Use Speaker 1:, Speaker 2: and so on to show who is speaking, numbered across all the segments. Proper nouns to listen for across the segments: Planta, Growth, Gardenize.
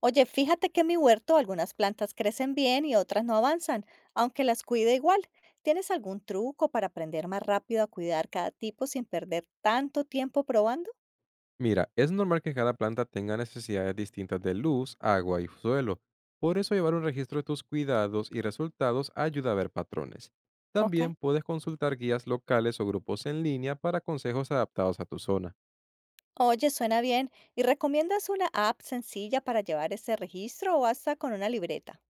Speaker 1: Oye, fíjate que en mi huerto algunas plantas crecen bien y otras no avanzan, aunque las cuide igual. ¿Tienes algún truco para aprender más rápido a cuidar cada tipo sin perder tanto tiempo probando?
Speaker 2: Mira, es normal que cada planta tenga necesidades distintas de luz, agua y suelo. Por eso llevar un registro de tus cuidados y resultados ayuda a ver patrones.
Speaker 1: Ok.
Speaker 2: También puedes consultar guías locales o grupos en línea para consejos adaptados a tu zona.
Speaker 1: Oye, suena bien. ¿Y recomiendas una app sencilla para llevar ese registro o hasta con una libreta?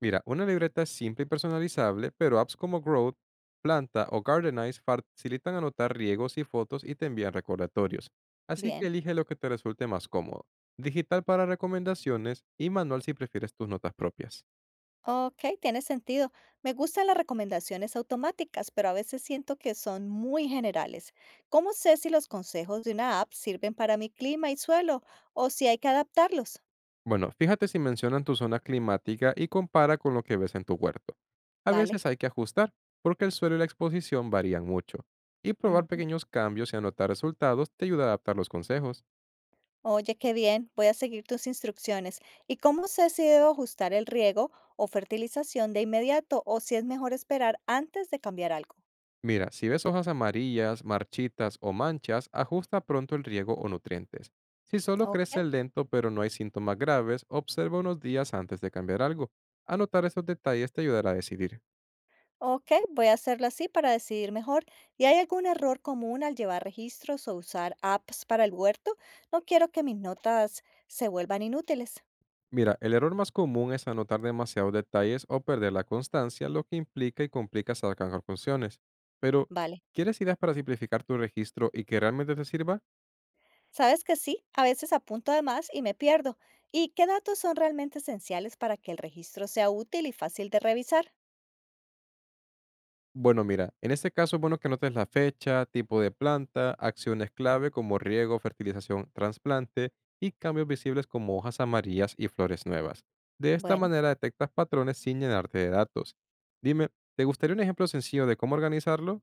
Speaker 2: Mira, una libreta es simple y personalizable, pero apps como Growth, Planta o Gardenize facilitan anotar riegos y fotos y te envían recordatorios. Así que
Speaker 1: Bien.
Speaker 2: elige lo que te resulte más cómodo. Digital para recomendaciones y manual si prefieres tus notas propias.
Speaker 1: Ok, tiene sentido. Me gustan las recomendaciones automáticas, pero a veces siento que son muy generales. ¿Cómo sé si los consejos de una app sirven para mi clima y suelo o si hay que adaptarlos?
Speaker 2: Bueno, fíjate si mencionan tu zona climática y compara con lo que ves en tu huerto. A
Speaker 1: Vale.
Speaker 2: veces hay que ajustar, porque el suelo y la exposición varían mucho. Y probar
Speaker 1: Ujú.
Speaker 2: pequeños cambios y anotar resultados te ayuda a adaptar los consejos.
Speaker 1: Oye, qué bien, voy a seguir tus instrucciones. ¿Y cómo sé si debo ajustar el riego o fertilización de inmediato o si es mejor esperar antes de cambiar algo?
Speaker 2: Mira, si ves hojas amarillas, marchitas o manchas, ajusta pronto el riego o nutrientes. Si solo
Speaker 1: Ok,
Speaker 2: crece lento pero no hay síntomas graves, observa unos días antes de cambiar algo. Anotar esos detalles te ayudará a decidir.
Speaker 1: ok, voy a hacerlo así para decidir mejor. ¿Y hay algún error común al llevar registros o usar apps para el huerto? No quiero que mis notas se vuelvan inútiles.
Speaker 2: Mira, el error más común es anotar demasiados detalles o perder la constancia, lo que implica y complica sacar conclusiones. Pero,
Speaker 1: Vale.
Speaker 2: ¿quieres ideas para simplificar tu registro y que realmente te sirva?
Speaker 1: Sabes que sí, a veces apunto de más y me pierdo. ¿Y qué datos son realmente esenciales para que el registro sea útil y fácil de revisar?
Speaker 2: Bueno, mira, en este caso es bueno que anotes la fecha, tipo de planta, acciones clave como riego, fertilización, trasplante y cambios visibles como hojas amarillas y flores nuevas. De esta
Speaker 1: Bueno.
Speaker 2: manera detectas patrones sin llenarte de datos. Dime, ¿te gustaría un ejemplo sencillo de cómo organizarlo?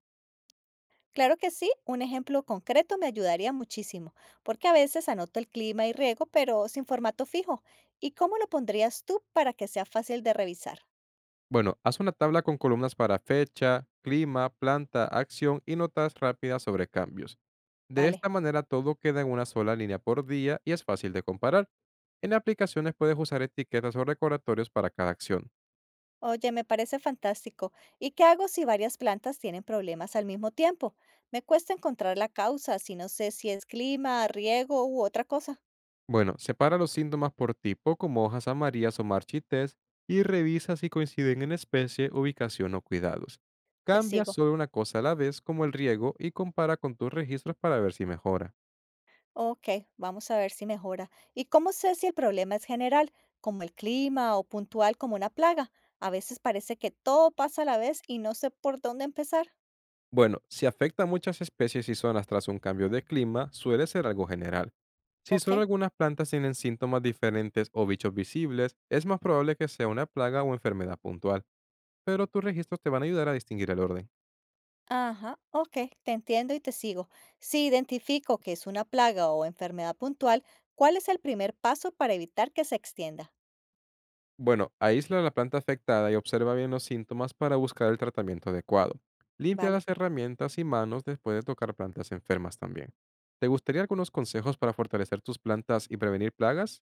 Speaker 1: Claro que sí, un ejemplo concreto me ayudaría muchísimo, porque a veces anoto el clima y riego, pero sin formato fijo. ¿Y cómo lo pondrías tú para que sea fácil de revisar?
Speaker 2: Bueno, haz una tabla con columnas para fecha, clima, planta, acción y notas rápidas sobre cambios. De esta
Speaker 1: Vale.
Speaker 2: manera todo queda en una sola línea por día y es fácil de comparar. En aplicaciones puedes usar etiquetas o recordatorios para cada acción.
Speaker 1: Oye, me parece fantástico. ¿Y qué hago si varias plantas tienen problemas al mismo tiempo? Me cuesta encontrar la causa si no sé si es clima, riego u otra cosa.
Speaker 2: Bueno, separa los síntomas por tipo como hojas amarillas o marchites y revisa si coinciden en especie, ubicación o cuidados.
Speaker 1: Te
Speaker 2: Cambia
Speaker 1: sigo.
Speaker 2: solo una cosa a la vez como el riego y compara con tus registros para ver si mejora.
Speaker 1: Ok, vamos a ver si mejora. ¿Y cómo sé si el problema es general, como el clima, o puntual como una plaga? A veces parece que todo pasa a la vez y no sé por dónde empezar.
Speaker 2: Bueno, si afecta a muchas especies y zonas tras un cambio de clima, suele ser algo general. Si
Speaker 1: Ok,
Speaker 2: solo algunas plantas tienen síntomas diferentes o bichos visibles, es más probable que sea una plaga o enfermedad puntual, pero tus registros te van a ayudar a distinguir el orden.
Speaker 1: ajá, ok, te entiendo y te sigo. Si identifico que es una plaga o enfermedad puntual, ¿cuál es el primer paso para evitar que se extienda?
Speaker 2: Bueno, aísla la planta afectada y observa bien los síntomas para buscar el tratamiento adecuado. Limpia
Speaker 1: Vale,
Speaker 2: las herramientas y manos después de tocar plantas enfermas también. ¿Te gustaría algunos consejos para fortalecer tus plantas y prevenir plagas?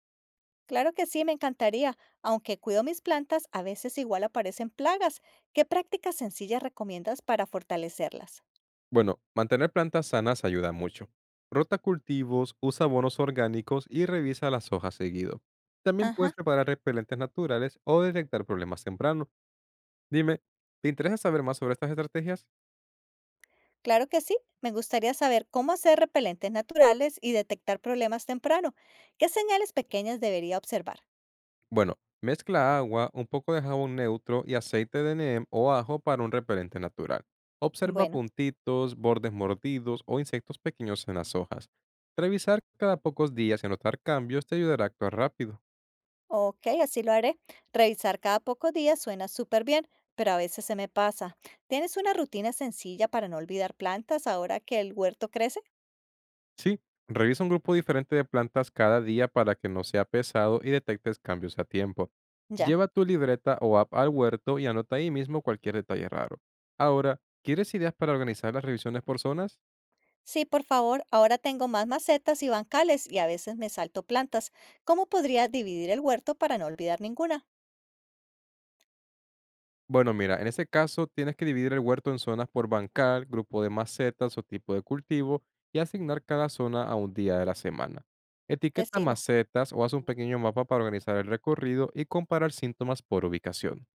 Speaker 1: claro que sí, me encantaría. Aunque cuido mis plantas, a veces igual aparecen plagas. ¿Qué prácticas sencillas recomiendas para fortalecerlas?
Speaker 2: Bueno, mantener plantas sanas ayuda mucho. Rota cultivos, usa abonos orgánicos y revisa las hojas seguido. También puedes
Speaker 1: Ajá.
Speaker 2: preparar repelentes naturales o detectar problemas temprano. Dime, ¿te interesa saber más sobre estas estrategias?
Speaker 1: Claro que sí. Me gustaría saber cómo hacer repelentes naturales y detectar problemas temprano. ¿Qué señales pequeñas debería observar?
Speaker 2: Bueno, mezcla agua, un poco de jabón neutro y aceite de neem o ajo para un repelente natural. Observa
Speaker 1: Bueno,
Speaker 2: puntitos, bordes mordidos o insectos pequeños en las hojas. Revisar cada pocos días y anotar cambios te ayudará a actuar rápido.
Speaker 1: ok, así lo haré. Revisar cada pocos días suena súper bien, pero a veces se me pasa. ¿Tienes una rutina sencilla para no olvidar plantas ahora que el huerto crece?
Speaker 2: Sí, revisa un grupo diferente de plantas cada día para que no sea pesado y detectes cambios a tiempo.
Speaker 1: Ya.
Speaker 2: Lleva tu libreta o app al huerto y anota ahí mismo cualquier detalle raro. Ahora, ¿quieres ideas para organizar las revisiones por zonas?
Speaker 1: Sí, por favor, ahora tengo más macetas y bancales y a veces me salto plantas. ¿Cómo podría dividir el huerto para no olvidar ninguna?
Speaker 2: Bueno, mira, en ese caso tienes que dividir el huerto en zonas por bancal, grupo de macetas o tipo de cultivo y asignar cada zona a un día de la semana.
Speaker 1: Te
Speaker 2: Etiqueta
Speaker 1: sigo.
Speaker 2: macetas o haz un pequeño mapa para organizar el recorrido y comparar síntomas por ubicación.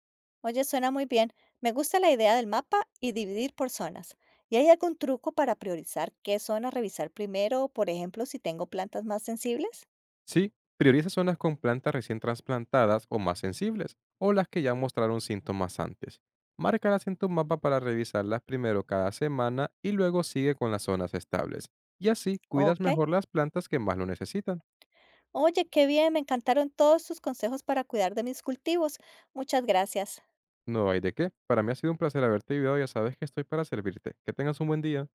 Speaker 1: Oye, suena muy bien. Me gusta la idea del mapa y dividir por zonas. ¿Y hay algún truco para priorizar qué zona revisar primero? Por ejemplo, si tengo plantas más sensibles.
Speaker 2: Sí, prioriza zonas con plantas recién trasplantadas o más sensibles, o las que ya mostraron síntomas antes. Márcalas en tu mapa para revisarlas primero cada semana y luego sigue con las zonas estables. Y así cuidas
Speaker 1: Ok.
Speaker 2: mejor las plantas que más lo necesitan.
Speaker 1: Oye, qué bien, me encantaron todos tus consejos para cuidar de mis cultivos. Muchas gracias.
Speaker 2: No hay de qué. Para mí ha sido un placer haberte ayudado. Ya sabes que estoy para servirte. Que tengas un buen día.